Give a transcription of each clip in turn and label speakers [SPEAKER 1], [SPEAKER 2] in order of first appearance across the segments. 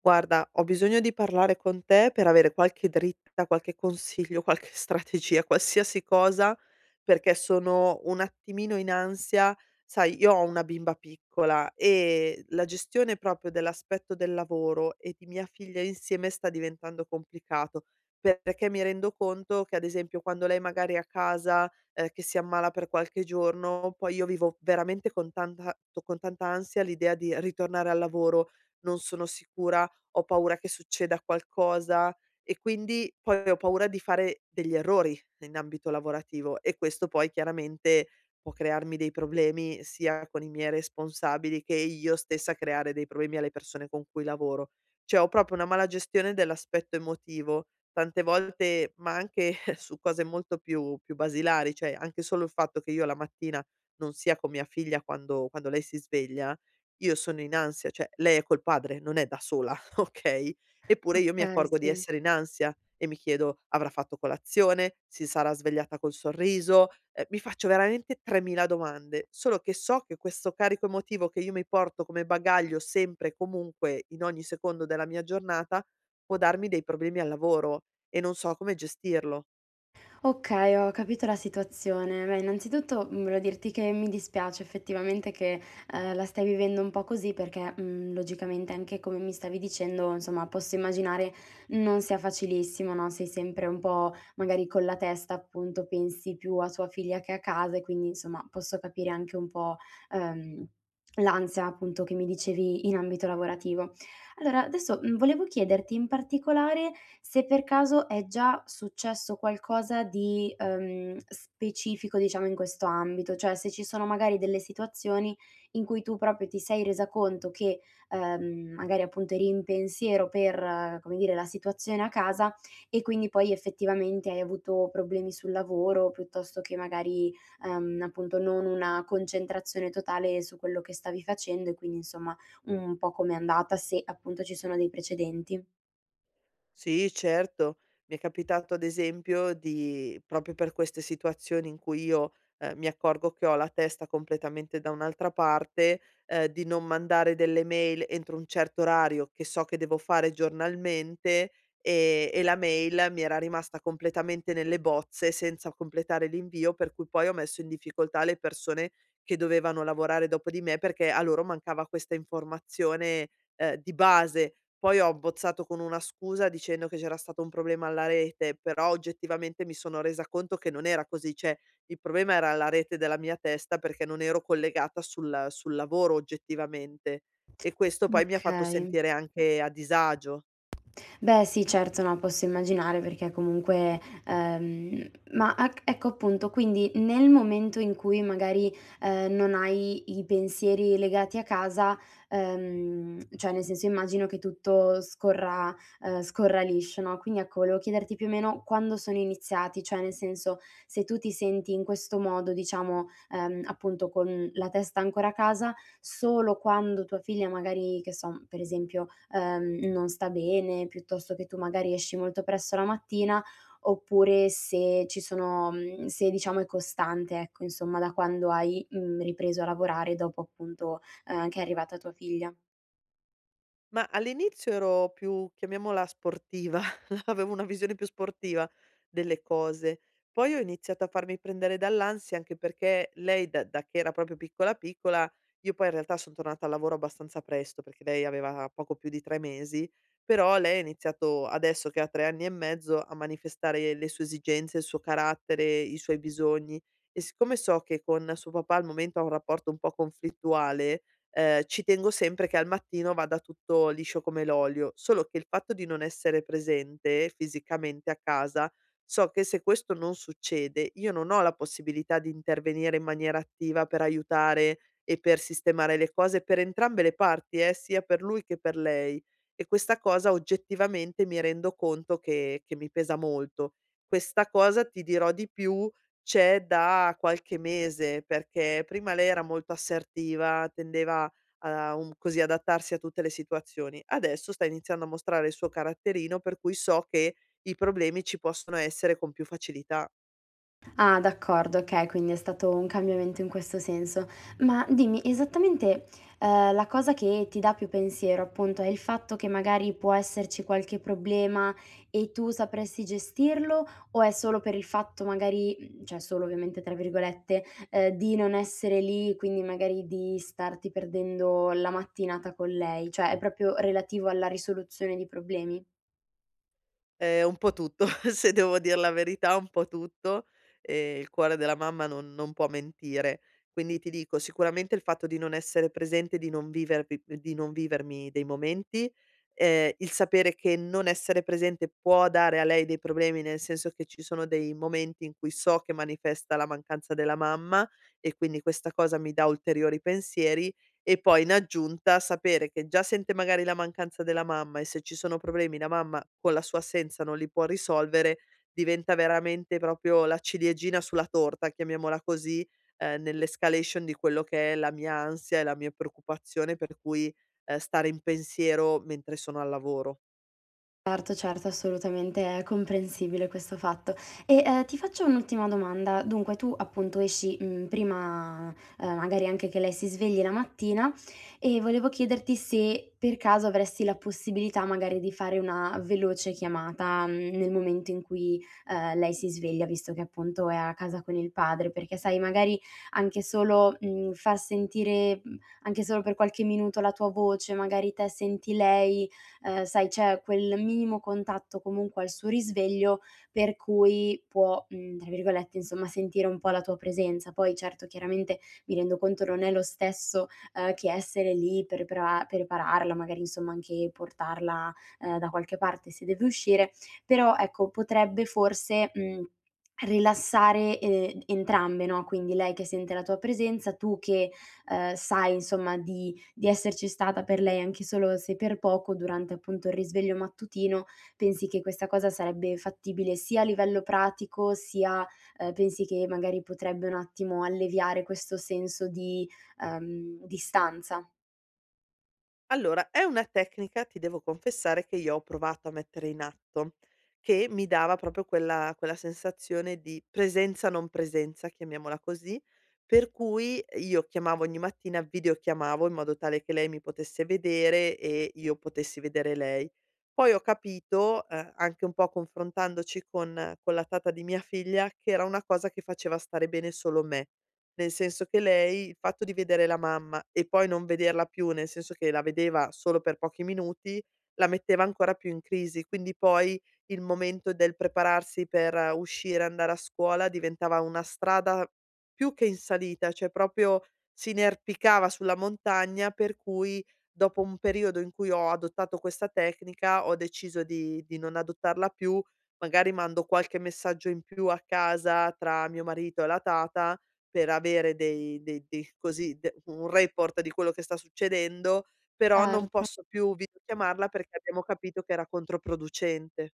[SPEAKER 1] Guarda, ho bisogno di parlare con te per avere qualche dritta, qualche consiglio, qualche strategia, qualsiasi cosa, perché sono un attimino in ansia. Sai, io ho una bimba piccola e la gestione proprio dell'aspetto del lavoro e di mia figlia insieme sta diventando complicato, perché mi rendo conto che, ad esempio, quando lei magari è a casa, che si ammala per qualche giorno, poi io vivo veramente con con tanta ansia l'idea di ritornare al lavoro. Non sono sicura, ho paura che succeda qualcosa e quindi poi ho paura di fare degli errori in ambito lavorativo, e questo poi chiaramente può crearmi dei problemi sia con i miei responsabili che io stessa creare dei problemi alle persone con cui lavoro. Cioè ho proprio una mala gestione dell'aspetto emotivo, tante volte, ma anche su cose più basilari, cioè anche solo il fatto che io la mattina non sia con mia figlia quando lei si sveglia, io sono in ansia, cioè lei è col padre, non è da sola, okay, eppure io mi
[SPEAKER 2] Okay,
[SPEAKER 1] accorgo di
[SPEAKER 2] sì.
[SPEAKER 1] essere in ansia e mi chiedo: "Avrà fatto colazione? Si sarà svegliata col sorriso?" Mi faccio veramente 3000 domande, solo che so che questo carico emotivo che io mi porto come bagaglio sempre e comunque in ogni secondo della mia giornata può darmi dei problemi al lavoro e non so come gestirlo.
[SPEAKER 2] Okay, ho capito la situazione. Beh, innanzitutto, volevo dirti che mi dispiace effettivamente che, la stai vivendo un po' così perché, logicamente anche come mi stavi dicendo, insomma, posso immaginare non sia facilissimo, no, sei sempre un po' magari con la testa, appunto, pensi più a tua figlia che a casa e quindi, insomma, posso capire anche un po', ehm, l'ansia, appunto, che mi dicevi in ambito lavorativo. Allora adesso, volevo chiederti in particolare, se per caso è già successo qualcosa di, specifico diciamo in questo ambito, cioè se ci sono magari delle situazioni in cui tu proprio ti sei resa conto che, magari appunto eri in pensiero per, come dire, la situazione a casa e quindi poi effettivamente hai avuto problemi sul lavoro piuttosto che magari, appunto non una concentrazione totale su quello che stavi facendo e quindi insomma un po' com'è andata, se appunto ci sono dei precedenti.
[SPEAKER 1] Sì, certo. Mi è capitato ad esempio, di proprio per queste situazioni in cui mi accorgo che ho la testa completamente da un'altra parte, di non mandare delle mail entro un certo orario che so che devo fare giornalmente, e la mail mi era rimasta completamente nelle bozze senza completare l'invio, per cui poi ho messo in difficoltà le persone che dovevano lavorare dopo di me, perché a loro mancava questa informazione, di base. Poi ho bozzato con una scusa dicendo che c'era stato un problema alla rete, però oggettivamente mi sono resa conto che non era così, cioè il problema era la rete della mia testa, perché non ero collegata sul lavoro oggettivamente, e questo poi mi ha fatto
[SPEAKER 2] Okay.
[SPEAKER 1] sentire anche a disagio.
[SPEAKER 2] Beh sì, certo, no, posso immaginare perché comunque ma ac ecco appunto, quindi nel momento in cui magari, non hai i pensieri legati a casa, cioè nel senso immagino che tutto scorra scorra liscio, no, quindi ecco, volevo chiederti più o meno quando sono iniziati, cioè nel senso se tu ti senti in questo modo, diciamo, appunto con la testa ancora a casa, solo quando tua figlia magari, che so, per esempio, non sta bene, piuttosto che tu magari esci molto presto la mattina, oppure se ci sono se diciamo è costante, ecco, insomma, da quando hai, ripreso a lavorare dopo appunto, che è arrivata tua figlia.
[SPEAKER 1] Ma all'inizio ero più, chiamiamola, sportiva, avevo una visione più sportiva delle cose. Poi ho iniziato a farmi prendere dall'ansia, anche perché lei da che era proprio piccola piccola, io poi in realtà son tornata al lavoro abbastanza presto, perché lei aveva poco più di 3 mesi, però lei ha iniziato adesso che ha 3 anni e mezzo a manifestare le sue esigenze, il suo carattere, i suoi bisogni, e siccome so che con suo papà al momento ha un rapporto un po' conflittuale, ci tengo sempre che al mattino vada tutto liscio come l'olio, solo che il fatto di non essere presente fisicamente a casa, so che se questo non succede, io non ho la possibilità di intervenire in maniera attiva per aiutare e per sistemare le cose per entrambe le parti, sia per lui che per lei. E questa cosa oggettivamente mi rendo conto che mi pesa molto. Questa cosa, ti dirò di più, c'è da qualche mese, perché prima lei era molto assertiva, tendeva a un così adattarsi a tutte le situazioni. Adesso sta iniziando a mostrare il suo caratterino, per cui so che i problemi ci possono essere con più facilità.
[SPEAKER 2] Ah, d'accordo, okay, quindi è stato un cambiamento in questo senso. Ma dimmi, esattamente, la cosa che ti dà più pensiero, appunto, è il fatto che magari può esserci qualche problema e tu sapresti gestirlo o è solo per il fatto magari cioè "solo" ovviamente tra virgolette, di non essere lì, quindi magari di starti perdendo la mattinata con lei? Cioè è proprio relativo alla risoluzione di problemi?
[SPEAKER 1] Un po' tutto, se devo dir la verità, un po' tutto. Il cuore della mamma non può mentire. Quindi ti dico, sicuramente il fatto di non essere presente, di non vivervi di non vivermi dei momenti, il sapere che non essere presente può dare a lei dei problemi, nel senso che ci sono dei momenti in cui so che manifesta la mancanza della mamma, e quindi questa cosa mi dà ulteriori pensieri, e poi in aggiunta sapere che già sente magari la mancanza della mamma, e se ci sono problemi la mamma con la sua assenza non li può risolvere, diventa veramente proprio la ciliegina sulla torta, chiamiamola così, nell'escalation di quello che è la mia ansia e la mia preoccupazione, per cui, stare in pensiero mentre sono al lavoro.
[SPEAKER 2] Certo, certo, assolutamente è comprensibile questo fatto. E, ti faccio un'ultima domanda. Dunque tu appunto esci, prima, magari anche che lei si svegli la mattina e volevo chiederti se per caso avresti la possibilità magari di fare una veloce chiamata, nel momento in cui, lei si sveglia, visto che appunto è a casa con il padre, perché sai magari anche solo, far sentire, anche solo per qualche minuto la tua voce, magari te senti lei sai c'è quel minimo contatto comunque al suo risveglio per cui può, tra virgolette, insomma, "sentire" un po' la tua presenza. Poi certo, chiaramente mi rendo conto non è lo stesso, che essere lì per prepararla, magari insomma anche portarla, da qualche parte se deve uscire, però ecco potrebbe forse, rilassare, entrambe, no, quindi lei che sente la tua presenza, tu che, sai insomma di esserci stata per lei anche solo se per poco durante appunto il risveglio mattutino, pensi che questa cosa sarebbe fattibile sia a livello pratico, sia, pensi che magari potrebbe un attimo alleviare questo senso di, distanza?
[SPEAKER 1] Allora, è una tecnica, ti devo confessare, che io ho provato a mettere in atto, che mi dava proprio quella sensazione di presenza non presenza, chiamiamola così, per cui io chiamavo ogni mattina, videochiamavo in modo tale che lei mi potesse vedere e io potessi vedere lei. Poi ho capito, anche un po' confrontandoci con la tata di mia figlia, che era una cosa che faceva stare bene solo me. Nel senso che lei il fatto di vedere la mamma e poi non vederla più, nel senso che la vedeva solo per pochi minuti, la metteva ancora più in crisi. Quindi poi il momento del prepararsi per uscire, andare a scuola, diventava una strada più che in salita, cioè proprio si inerpicava sulla montagna, per cui dopo un periodo in cui ho adottato questa tecnica, ho deciso di non adottarla più. Magari mando qualche messaggio in più a casa tra mio marito e la tata per avere dei dei dei così de un report di quello che sta succedendo, però non
[SPEAKER 2] Certo.
[SPEAKER 1] posso più videochiamarla, perché abbiamo capito che era controproducente.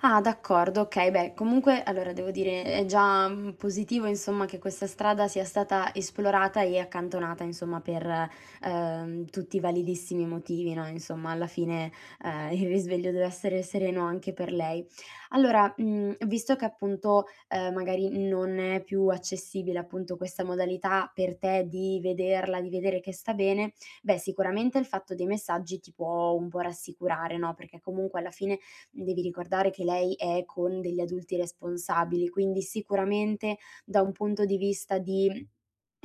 [SPEAKER 2] Ah, d'accordo, okay. Beh, comunque allora devo dire è già, positivo insomma che questa strada sia stata esplorata e accantonata insomma per, tutti i validissimi motivi, no, insomma alla fine, il risveglio deve essere sereno anche per lei. Allora, visto che appunto, magari non è più accessibile appunto questa modalità per te di vederla, di vedere che sta bene, beh sicuramente il fatto dei messaggi ti può un po' rassicurare, no, perché comunque alla fine devi ricordare che lei è con degli adulti responsabili, quindi sicuramente da un punto di vista di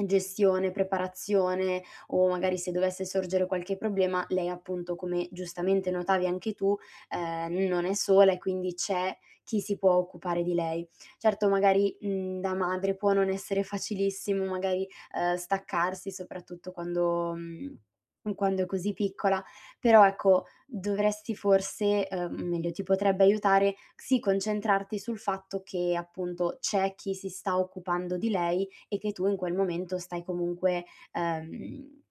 [SPEAKER 2] gestione, preparazione o magari se dovesse sorgere qualche problema, lei appunto, come giustamente notavi anche tu, non è sola e quindi c'è chi si può occupare di lei. Certo magari, da madre può non essere facilissimo magari, staccarsi soprattutto quando quando è così piccola, però ecco, dovresti forse meglio, ti potrebbe aiutare, sì, concentrarti sul fatto che appunto c'è chi si sta occupando di lei e che tu in quel momento stai comunque ehm,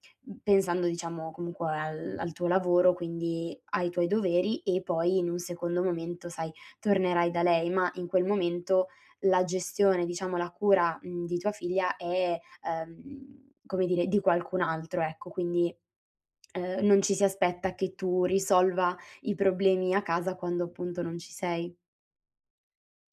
[SPEAKER 2] pensando, diciamo, comunque al, al tuo lavoro, quindi ai tuoi doveri e poi in un secondo momento, sai, tornerai da lei, ma in quel momento la gestione, diciamo, la cura di tua figlia è, come dire, di qualcun altro, ecco, quindi non ci si aspetta che tu risolva i problemi a casa quando appunto non ci sei.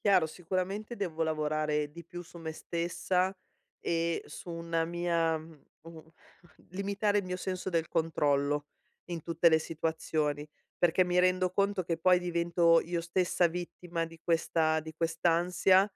[SPEAKER 1] Chiaro, sicuramente devo lavorare di più su me stessa e su una mia mhmm, u limitare il mio senso del controllo in tutte le situazioni, perché mi rendo conto che poi divento io stessa vittima di questa di quest'ansia.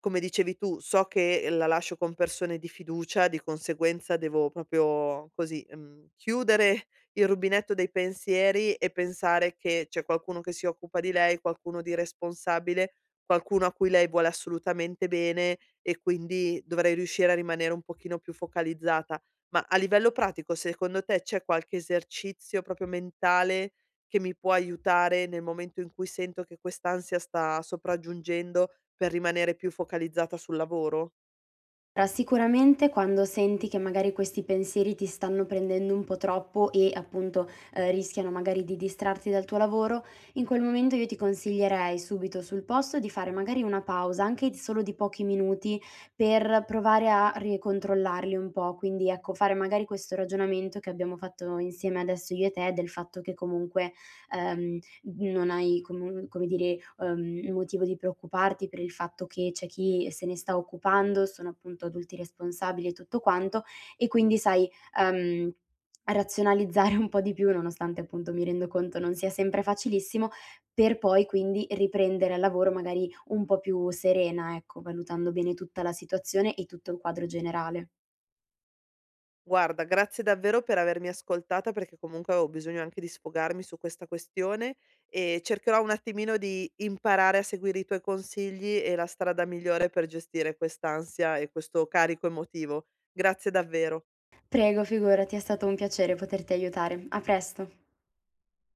[SPEAKER 1] Come dicevi tu, so che la lascio con persone di fiducia, di conseguenza devo proprio così, mhmm, chiudere il rubinetto dei pensieri e pensare che c'è qualcuno che si occupa di lei, qualcuno di responsabile, qualcuno a cui lei vuole assolutamente bene, e quindi dovrei riuscire a rimanere un pochino più focalizzata. Ma a livello pratico, secondo te c'è qualche esercizio proprio mentale che mi può aiutare nel momento in cui sento che quest'ansia sta sopraggiungendo, per rimanere più focalizzata sul lavoro?
[SPEAKER 2] Però sicuramente quando senti che magari questi pensieri ti stanno prendendo un po' troppo e appunto, rischiano magari di distrarti dal tuo lavoro, in quel momento io ti consiglierei subito sul posto di fare magari una pausa, anche di solo di pochi minuti, per provare a ricontrollarli un po'. Quindi ecco, fare magari questo ragionamento che abbiamo fatto insieme adesso io e te, del fatto che comunque, ehm, non hai comu come dire, motivo di preoccuparti per il fatto che c'è chi se ne sta occupando, sono appunto adulti responsabili e tutto quanto, e quindi sai, uhm, razionalizzare un po' di più, nonostante appunto mi rendo conto non sia sempre facilissimo, per poi quindi riprendere al lavoro magari un po' più serena, ecco, valutando bene tutta la situazione e tutto il quadro generale.
[SPEAKER 1] Guarda, grazie davvero per avermi ascoltata, perché comunque avevo bisogno anche di sfogarmi su questa questione, e cercherò un attimino di imparare a seguire i tuoi consigli e la strada migliore per gestire quest'ansia e questo carico emotivo. Grazie davvero.
[SPEAKER 2] Prego, figurati, è stato un piacere poterti aiutare. A presto.